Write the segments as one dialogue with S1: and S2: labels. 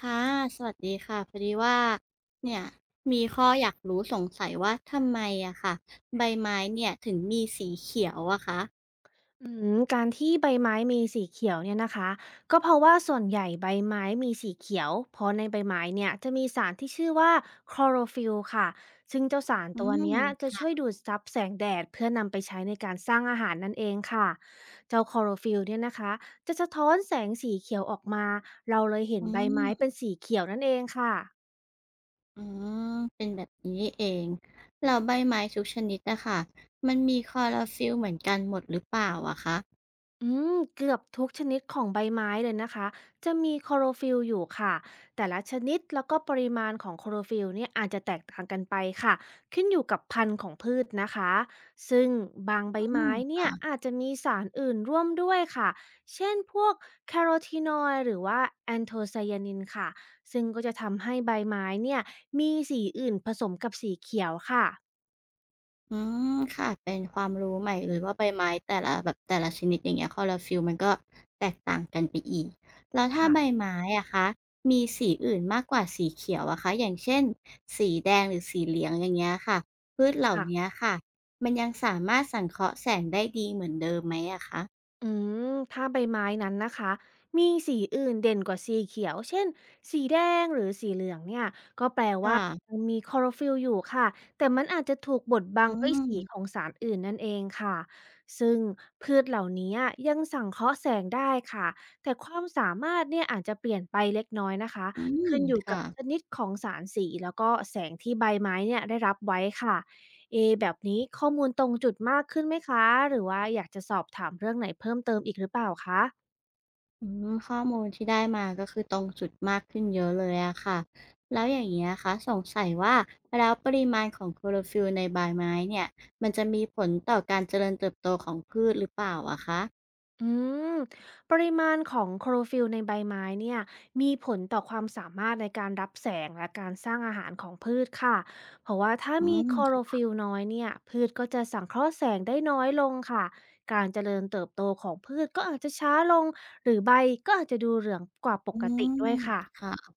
S1: ค่ะ สวัสดีค่ะ พอดีว่า เนี่ย มีข้ออยากรู้สงสัยว่าทำไมค่ะ ใบไม้เนี่ยถึงมีสีเขียวอะคะ
S2: อืการที่ใบไม้มีสีเขียวเนี่ยนะคะก็เพราะว่าส่วนใหญ่ใบไม้มีสีเขียวเพราะในใบไม้เนี่ยจะมีสารที่ชื่อว่าคลอโรฟิลล์ค่ะซึ่งเจ้าสาร
S1: อื
S2: ตัวเนี้ยจะ
S1: ม
S2: ช่วยดูดซับแสงแดดเพื่อนำไปใช้ในการสร้างอาหารนั่นเองค่ะเจ้าคลอโรฟิลล์เนี่ยนะคะจะสะท้อนแสงสีเขียวออกมาเราเลยเห็น
S1: อื
S2: ใบไม้เป็
S1: ม
S2: นสีเขียวนั่นเองค่ะ
S1: อืม เป็นแบบนี้นี่เองแล้วใบไม้ทุกชนิดนะคะ มันมีคลอโรฟิลล์เหมือนกันหมดหรือเปล่าอะคะ
S2: อืเกือบทุกชนิดของใบไม้เลยนะคะจะมีคลอโรฟิลล์อยู่ค่ะแต่ละชนิดแล้วก็ปริมาณของคลอโรฟิลล์เนี่ยอาจจะแตกต่างกันไปค่ะขึ้นอยู่กับพันธุ์ของพืชนะคะซึ่งบางใบ
S1: อื
S2: ไม้
S1: ม
S2: เนี่ยอาจจะมีสารอื่นร่วมด้วยค่ะเช่นพวกแคโรทีนอยด์หรือว่าแอนโทไซยานินค่ะซึ่งก็จะทำให้ใบไม้เนี่ยมีสีอื่นผสมกับสีเขียวค่ะ
S1: อืมค่ะเป็นความรู้ใหม่เลยว่าใบไม้แต่ละแบบแต่ละชนิดอย่างเงี้ยคลอโรฟิลล์มันก็แตกต่างกันไปอีกแล้วถ้าใบ
S2: ค่ะ
S1: ไม้อะคะมีสีอื่นมากกว่าสีเขียวอะคะอย่างเช่นสีแดงหรือสีเหลืองอย่างเงี้ยค่ะพืชเหล่า
S2: ค่ะ
S1: เนี้ยค่ะ มันยังสามารถสังเคราะห์แสงได้ดีเหมือนเดิมไหมอะคะ
S2: อืมถ้าใบไม้นั้นนะคะมีสีอื่นเด่นกว่าสีเขียวเช่นสีแดงหรือสีเหลืองเนี่ยก็แปล
S1: ค
S2: ว่ามั
S1: ่ะ
S2: นมีคลอโรฟิลล์อยู่ค่ะแต่มันอาจจะถูกบดบัง
S1: อื
S2: ด้วยสีของ
S1: ม
S2: สารอื่นนั่นเองค่ะซึ่งพืชเหล่านี้ยังสังเคราะห์แสงได้ค่ะแต่ความสามารถเนี่ยอาจจะเปลี่ยนไปเล็กน้อยนะคะ
S1: อืม
S2: ขึ้นอยู่กับ
S1: ค่ะ
S2: ชนิดของสารสีแล้วก็แสงที่ใบไม้เนี่ยได้รับไว้ค่ะ เอแบบนี้ข้อมูลตรงจุดมากขึ้นไหมคะหรือว่าอยากจะสอบถามเรื่องไหนเพิ่มเติมอีกหรือเปล่าคะ
S1: อืมข้อมูลที่ได้มาก็คือตรงจุดมากขึ้นเยอะเลยอะค่ะแล้วอย่างนงี้นะคะสงสัยว่าแล้วปริมาณของคลอโรฟิลล์ในใบไม้เนี่ยมันจะมีผลต่อการเจริญเติบโตของพืชหรือเปล่าอะคะ
S2: อืมปริมาณของโคลอโรฟิลล์ในใบไม้เนี่ยมีผลต่อความสามารถในการรับแสงและการสร้างอาหารของพืชค่ะเพราะว่าถ้า
S1: อื
S2: มี
S1: ม
S2: โคลอโรฟิลล์น้อยเนี่ยพืชก็จะสังเคราะห์แสงได้น้อยลงค่ะการเจริญเติบโตของพืชก็อาจจะช้าลงหรือใบก็อาจจะดูเหลืองกว่าป
S1: อื
S2: กติด้
S1: ม
S2: วยค่ะ
S1: ค่ะ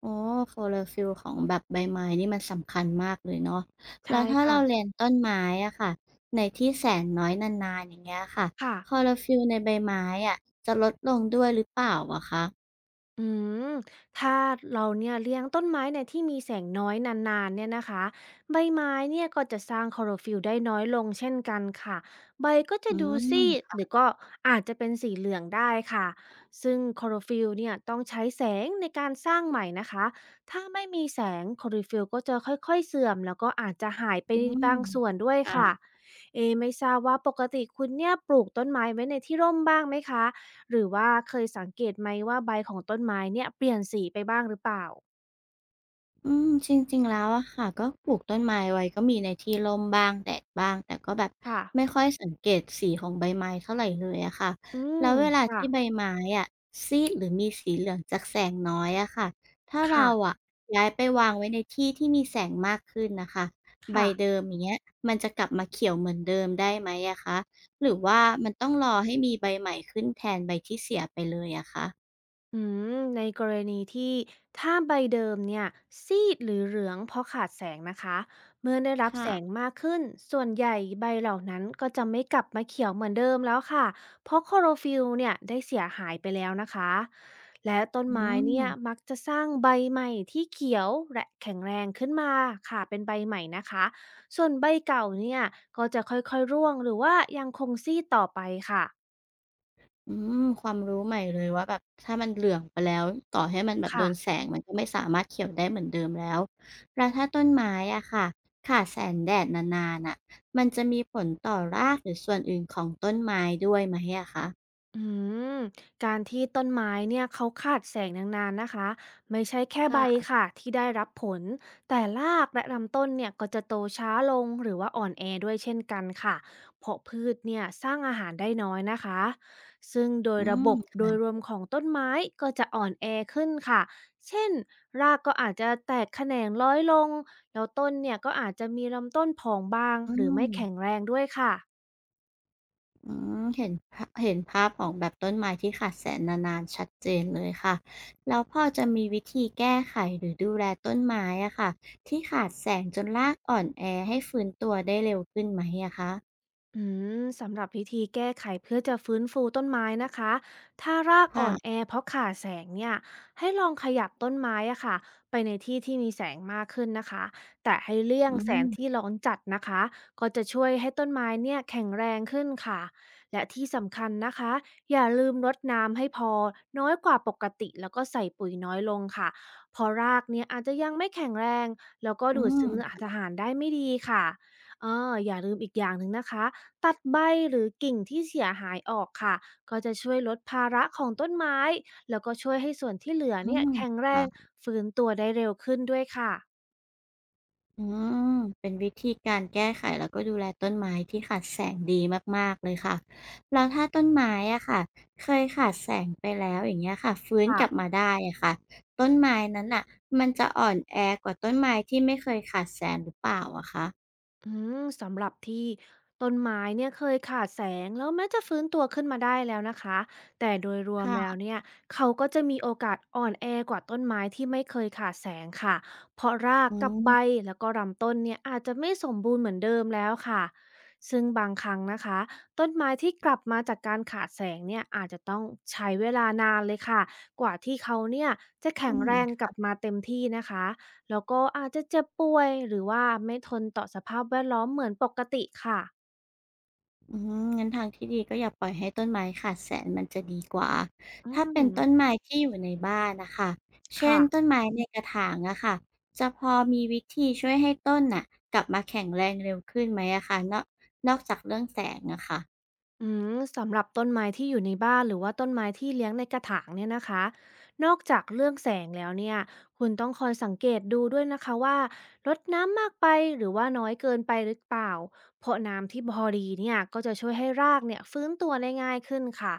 S1: โอ้อคลอโรฟิลล์ของแบบใบไม้นี่มันสำคัญมากเลยเนาะแล้
S2: ใช่
S1: วถ้า
S2: ค่ะ
S1: เราเลี้ยงต้นไม้อะค่ะในที่แสงน้อยนานๆอย่างเงี้ยค่ะ
S2: ค่ะ
S1: คลอโรฟิลล์ในใบไม้อะจะลดลงด้วยหรือเปล่าอะคะ
S2: อืมถ้าเราเนี่ยเลี้ยงต้นไม้ในที่มีแสงน้อยนานๆเนี่ยนะคะใบไม้เนี่ยก็จะสร้างคลอโรฟิลล์ได้น้อยลงเช่นกันค่ะใบก็จะ
S1: อื
S2: ดูซีด
S1: ม
S2: หรือก็อาจจะเป็นสีเหลืองได้ค่ะซึ่งคลอโรฟิลล์เนี่ยต้องใช้แสงในการสร้างใหม่นะคะถ้าไม่มีแสงคลอโรฟิลล์ก็จะค่อยๆเสื่อมแล้วก็อาจจะหายไป
S1: อื
S2: บา
S1: ม
S2: งส่วนด้วยค่ะเอไม่ทราบว่าปกติคุณเนี่ยปลูกต้นไม้ไว้ในที่ร่มบ้างไหมคะ หรือว่าเคยสังเกตไหมว่าใบของต้นไม้เนี่ยเปลี่ยนสีไปบ้างหรือเปล่า
S1: จริงๆแล้วอะค่ะก็ปลูกต้นไม้ไว้ก็มีในที่ร่มบ้างแดดบ้างแต่ก็แบบ
S2: ค่ะ
S1: ไม่ค่อยสังเกตสีของใบไม้เท่าไรเลยอะค่ะ
S2: อืม
S1: แล้วเวลา
S2: ค่ะ
S1: ที่ใบไม้อะซีดหรือมีสีเหลืองจากแสงน้อยอะค่ะถ้าเรา
S2: ค่ะ
S1: อะย้ายไปวางไว้ในที่ที่มีแสงมากขึ้นน่ะค่ะใบ
S2: ค่ะ
S1: เดิมอย่างเงี้ยมันจะกลับมาเขียวเหมือนเดิมได้ไหมอะคะหรือว่ามันต้องรอให้มีใบใหม่ขึ้นแทนใบที่เสียไปเลยอะคะ
S2: อืในกรณีที่ถ้าใบเดิมเนี่ยซีดหรือเหลืองเพราะขาดแสงนะคะเมื่อได้รับแส
S1: ค่ะ
S2: งมากขึ้นส่วนใหญ่ใบเหล่านั้นก็จะไม่กลับมาเขียวเหมือนเดิมแล้วค่ะเพราะคลอโรฟิลล์เนี่ยได้เสียหายไปแล้วนะคะและต้น
S1: อื
S2: ไม้
S1: ม
S2: เนี่ยมักจะสร้างใบใหม่ที่เขียวและแข็งแรงขึ้นมาค่ะเป็นใบใหม่นะคะส่วนใบเก่าเนี่ยก็จะค่อยๆร่วงหรือว่ายังคงซีดต่อไปค่ะ
S1: อืความรู้ใหม่เลยว่าแบบถ้ามันเหลืองไปแล้วต่อให้มันแบบโดน
S2: ค่ะ
S1: แสงมันก็ไม่สามารถเขียวได้เหมือนเดิมแล้วแล้วถ้าต้นไม้อะค่ะขาดแสงแดดนานๆน่ะมันจะมีผลต่อรากหรือส่วนอื่นของต้นไม้ด้วยไหมอะคะ
S2: อืมการที่ต้นไม้เนี่ยเขาขาดแสงนานๆนะคะไม่ใช่แค่ใบ
S1: ค่ะ
S2: ค่ะที่ได้รับผลแต่รากและลำต้นเนี่ยก็จะโตช้าลงหรือว่าอ่อนแอด้วยเช่นกันค่ะเพราะพืชเนี่ยสร้างอาหารได้น้อยนะคะซึ่งโดย
S1: อื
S2: ระบบโด
S1: ม
S2: ยรวมของต้นไม้ก็จะอ่อนแอขึ้นค่ะเช่นรากก็อาจจะแตกแขนงร้อยลงแล้วต้นเนี่ยก็อาจจะมีลำต้นผองบาง
S1: อื
S2: หรือไม่แข็ง
S1: ม
S2: แรงด้วยค่ะ
S1: เห็นภาพของแบบต้นไม้ที่ขาดแสนนานๆชัดเจนเลยค่ะแล้วพอจะมีวิธีแก้ไขหรือดูแลต้นไม้อะค่ะที่ขาดแสงจนรากอ่อนแอให้ฟื้นตัวได้เร็วขึ้นไหมอะคะ
S2: อืสำหรับวิธีแก้ไขเพื่อจะฟื้นฟูต้นไม้นะคะถ้ารากอ่อ
S1: ค่ะ
S2: นแอเพราะขาดแสงเนี่ยให้ลองขยับต้นไม้อะค่ะไปในที่ที่มีแสงมากขึ้นนะคะแต่ให้เลี่ยง
S1: อื
S2: แสงที่
S1: ม
S2: ร้อนจัดนะคะก็จะช่วยให้ต้นไม้เนี่ยแข็งแรงขึ้นค่ะและที่สำคัญนะคะอย่าลืมรดน้ำให้พอน้อยกว่าปกติแล้วก็ใส่ปุ๋ยน้อยลงค่ะเพราะรากเนี่ยอาจจะยังไม่แข็งแรงแล้วก็
S1: อื
S2: ดูด
S1: ม
S2: ซึมอาหารได้ไม่ดีค่ะเอออย่าลืมอีกอย่างหนึ่งนะคะ ตัดใบหรือกิ่งที่เสียหายออกค่ะก็จะช่วยลดภาระของต้นไม้แล้วก็ช่วยให้ส่วนที่เหลือ
S1: อื
S2: เนี่ย
S1: ม
S2: แข็งแรง
S1: ค่ะ
S2: ฟื้นตัวได้เร็วขึ้นด้วยค่ะ
S1: อืม เป็นวิธีการแก้ไขแล้วก็ดูแลต้นไม้ที่ขาดแสงดีมากๆ เลยค่ะแล้วถ้าต้นไม้อะค่ะ เคยขาดแสงไปแล้วอย่างเงี้ยค่ะฟื้น
S2: ค่ะ
S1: กลับมาได้อะค่ะต้นไม้นั้นน่ะมันจะอ่อนแอกว่าต้นไม้ที่ไม่เคยขาดแสงหรือเปล่าอะคะ
S2: อืมสำหรับที่ต้นไม้เนี่ยเคยขาดแสงแล้วแม้จะฟื้นตัวขึ้นมาได้แล้วนะคะแต่โดยรวมแล้ว
S1: ค่ะ
S2: เนี่ยเขาก็จะมีโอกาสอ่อนแอกว่าต้นไม้ที่ไม่เคยขาดแสงค่ะเพราะราก
S1: อื
S2: กับใบแล้วก็ลำต้นเนี่ยอาจจะไม่สมบูรณ์เหมือนเดิมแล้วค่ะซึ่งบางครั้งนะคะต้นไม้ที่กลับมาจากการขาดแสงเนี่ยอาจจะต้องใช้เวลานานเลยค่ะกว่าที่เขาเนี่ยจะแข็งแรงก
S1: ม
S2: ลับมาเต็มที่นะคะ แล้วก็อาจจะเจ็บป่วยหรือว่าไม่ทนต่อสภาพแวดล้อมเหมือนปกติค่ะ
S1: งั้นทางที่ดีก็อย่าปล่อยให้ต้นไม้ขาดแสงมันจะดีกว่า
S2: อื
S1: ถ้าเป็น
S2: ม
S1: ต้นไม้ที่อยู่ในบ้านนะคะ เช่
S2: ค่ะ
S1: นต้นไม้ในกระถางอะค่ะจะพอมีวิธีช่วยให้ต้นน่ะกลับมาแข็งแรงเร็วขึ้นไหมอะคะนอกนอกจากเรื่องแสงอะค่ะ
S2: อืมสำหรับต้นไม้ที่อยู่ในบ้านหรือว่าต้นไม้ที่เลี้ยงในกระถางเนี่ยนะคะนอกจากเรื่องแสงแล้วเนี่ยคุณต้องคอยสังเกตดูด้วยนะคะว่ารดน้ำมากไปหรือว่าน้อยเกินไปหรือเปล่าเพราะน้ำที่พอดีเนี่ยก็จะช่วยให้รากเนี่ยฟื้นตัวได้ง่ายขึ้นค่ะ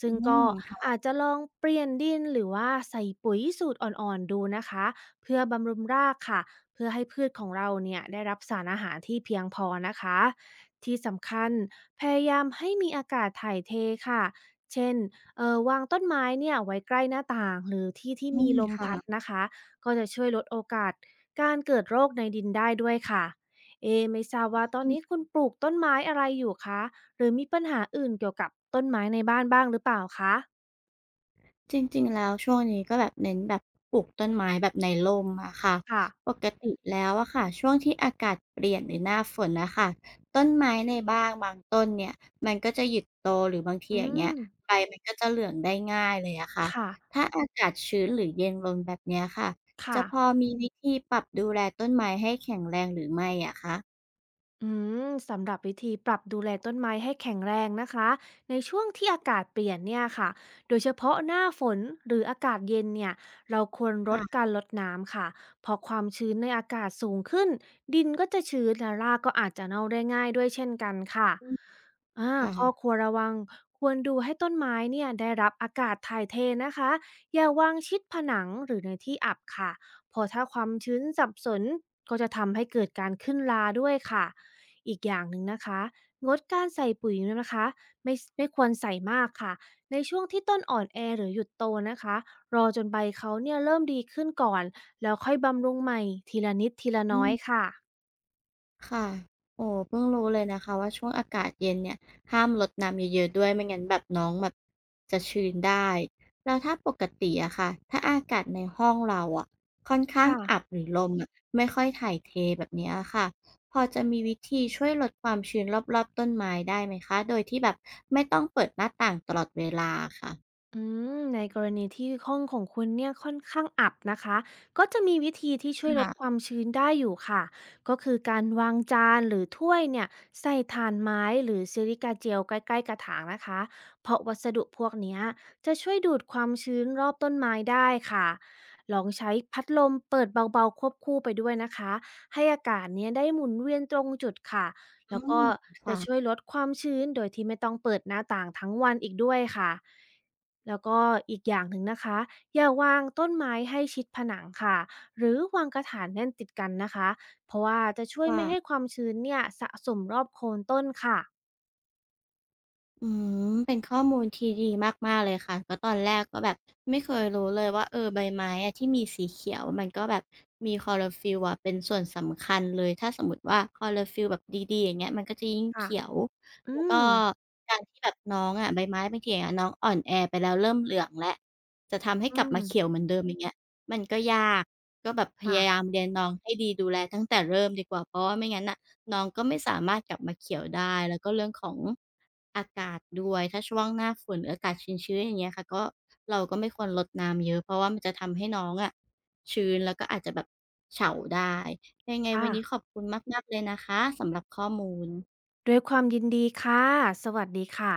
S2: ซึ่
S1: อื
S2: งก็
S1: มค่ะ
S2: อาจจะลองเปลี่ยนดินหรือว่าใส่ปุ๋ยสูตรอ่อนๆดูนะคะเพื่อบำรุงรากค่ะเพื่อให้พืชของเราเนี่ยได้รับสารอาหารที่เพียงพอนะคะที่สำคัญ พยายามให้มีอากาศถ่ายเทค่ะ เช่นวางต้นไม้เนี่ยไว้ใกล้หน้าต่างหรือที่ที่
S1: อื
S2: มี
S1: ม
S2: ลม
S1: ค่ะ
S2: พัดนะคะก็จะช่วยลดโอกาสการเกิดโรคในดินได้ด้วยค่ะเอไม่ทราบว่าตอนนี้คุณปลูกต้นไม้อะไรอยู่คะหรือมีปัญหาอื่นเกี่ยวกับต้นไม้ในบ้านบ้างหรือเปล่าคะ
S1: จริงๆแล้วช่วงนี้ก็แบบเน้นแบบปลูกต้นไม้แบบในร่มอะค่ะ
S2: ค่ะ
S1: ปกติแล้วอะค่ะช่วงที่อากาศเปลี่ยนหรือหน้าฝนนะค่ะต้นไม้ในบ้านบางต้นเนี่ยมันก็จะหยุดโตหรือบางที
S2: อื
S1: อย่างเงี้ย
S2: ม
S1: ใบมันก็จะเหลืองได้ง่ายเลยอะค่ะ
S2: ค่ะ
S1: ถ้าอากาศชื้นหรือเย็นลงแบบเนี้ยค่ะ
S2: ค่ะ
S1: จะพอมีวิธีปรับดูแลต้นไม้ให้แข็งแรงหรือไม่อะคะ
S2: อืมสำหรับวิธีปรับดูแลต้นไม้ให้แข็งแรงนะคะในช่วงที่อากาศเปลี่ยนเนี่ยค่ะโดยเฉพาะหน้าฝนหรืออากาศเย็นเนี่ยเราควรลด
S1: ค่ะ
S2: การลดน้ำค่ะเพอความชื้นในอากาศสูงขึ้นดินก็จะชื้นและรากก็อาจจะเน่าได้ง่ายด้วยเช่นกันค่ะอ่าข้อค
S1: ค่ะ
S2: วรระวังควรดูให้ต้นไม้เนี่ยได้รับอากาศถ่ายเทนะคะอย่าวางชิดผนังหรือในที่อับค่ะเพอถ้าความชื้นสับสนก็จะทำให้เกิดการขึ้นราด้วยค่ะ อีกอย่างหนึ่งนะคะ งดการใส่ปุ๋ยนะคะไม่ควรใส่มากค่ะ ในช่วงที่ต้นอ่อนแอหรือหยุดโตนะคะ รอจนใบเขาเนี่ยเริ่มดีขึ้นก่อน แล้วค่อยบำรุงใหม่ทีละนิดทีละ
S1: อื
S2: น้อ
S1: ม
S2: ยค่ะ
S1: ค่ะ โอ้เพิ่งรู้เลยนะคะว่าช่วงอากาศเย็นเนี่ย ห้ามรดน้ำเยอะๆด้วยไม่งั้นแบบน้องแบบจะชื้นได้ แล้วถ้าปกติอะค่ะถ้าอากาศในห้องเราอะค่อนข้าง
S2: ค่ะ
S1: อับหรือลมอะไม่ค่อยถ่ายเทแบบเนี้ยค่ะ พอจะมีวิธีช่วยลดความชื้นรอบๆต้นไม้ได้ไหมคะ โดยที่แบบไม่ต้องเปิดหน้าต่างตลอดเวลาค่ะ
S2: อืมในกรณีที่ห้องของคุณเนี่ยค่อนข้างอับนะคะก็จะมีวิธีที่ช่วยลดค
S1: ค่ะ
S2: วามชื้นได้อยู่ค่ะก็คือการวางจานหรือถ้วยเนี่ยใส่ถ่านไม้หรือซิลิกาเจลใกล้ๆกระถางนะคะเพราะวัสดุพวกเนี้ยจะช่วยดูดความชื้นรอบต้นไม้ได้ค่ะลองใช้พัดลมเปิดเบาๆควบคู่ไปด้วยนะคะให้อากาศเนี่ยได้หมุนเวียนตรงจุดค่ะ
S1: อื
S2: แล้ว
S1: ม
S2: ก็จะ
S1: ค่ะ
S2: ช่วยลดความชื้นโดยที่ไม่ต้องเปิดหน้าต่างทั้งวันอีกด้วยค่ะแล้วก็อีกอย่างหนึ่งนะคะอย่าวางต้นไม้ให้ชิดผนังค่ะหรือวางกระถางแน่นติดกันนะคะเพราะว่าจะช่วย
S1: ค่ะ
S2: ไม่ให้ความชื้นเนี่ยสะสมรอบโคนต้นค่ะ
S1: อืมเป็นข้อมูลที่ดีมากๆเลยค่ะก็ตอนแรกก็แบบไม่เคยรู้เลยว่าเออใบไม้อะที่มีสีเขียวมันก็แบบมีคลอโรฟิลล์อะเป็นส่วนสำคัญเลยถ้าสมมุติว่าคลอโรฟิลล์แบบดีๆอย่างเงี้ยมันก็จะยิ่ง
S2: ค่ะ
S1: เขียว
S2: อื
S1: แล้วก็
S2: ม
S1: การที่แบบน้องอะใบไม้บางทีอะน้องอ่อนแอไปแล้วเริ่มเหลืองแล้วจะทำให้
S2: อื
S1: กลับ
S2: ม
S1: มาเขียวเหมือนเดิมอย่างเงี้ยมันก็ยากก็แบบพ
S2: ค่ะ
S1: ยายามเลี้ยงน้องให้ดีดูแลตั้งแต่เริ่มดีกว่าเพราะว่าไม่งั้นน่ะ น้องก็ไม่สามารถกลับมาเขียวได้แล้วก็เรื่องของอากาศด้วยถ้าช่วงหน้าฝนหรืออากาศชื้นๆอย่างเงี้ยค่ะก็เราก็ไม่ควรรดน้ำเยอะเพราะว่ามันจะทำให้น้องอะชื้นแล้วก็อาจจะแบบเฉาได้ยังไง
S2: ค่ะ
S1: วันนี้ขอบคุณมากๆเลยนะคะสำหรับข้อมูล
S2: ด้วยความยินดีค่ะสวัสดีค่ะ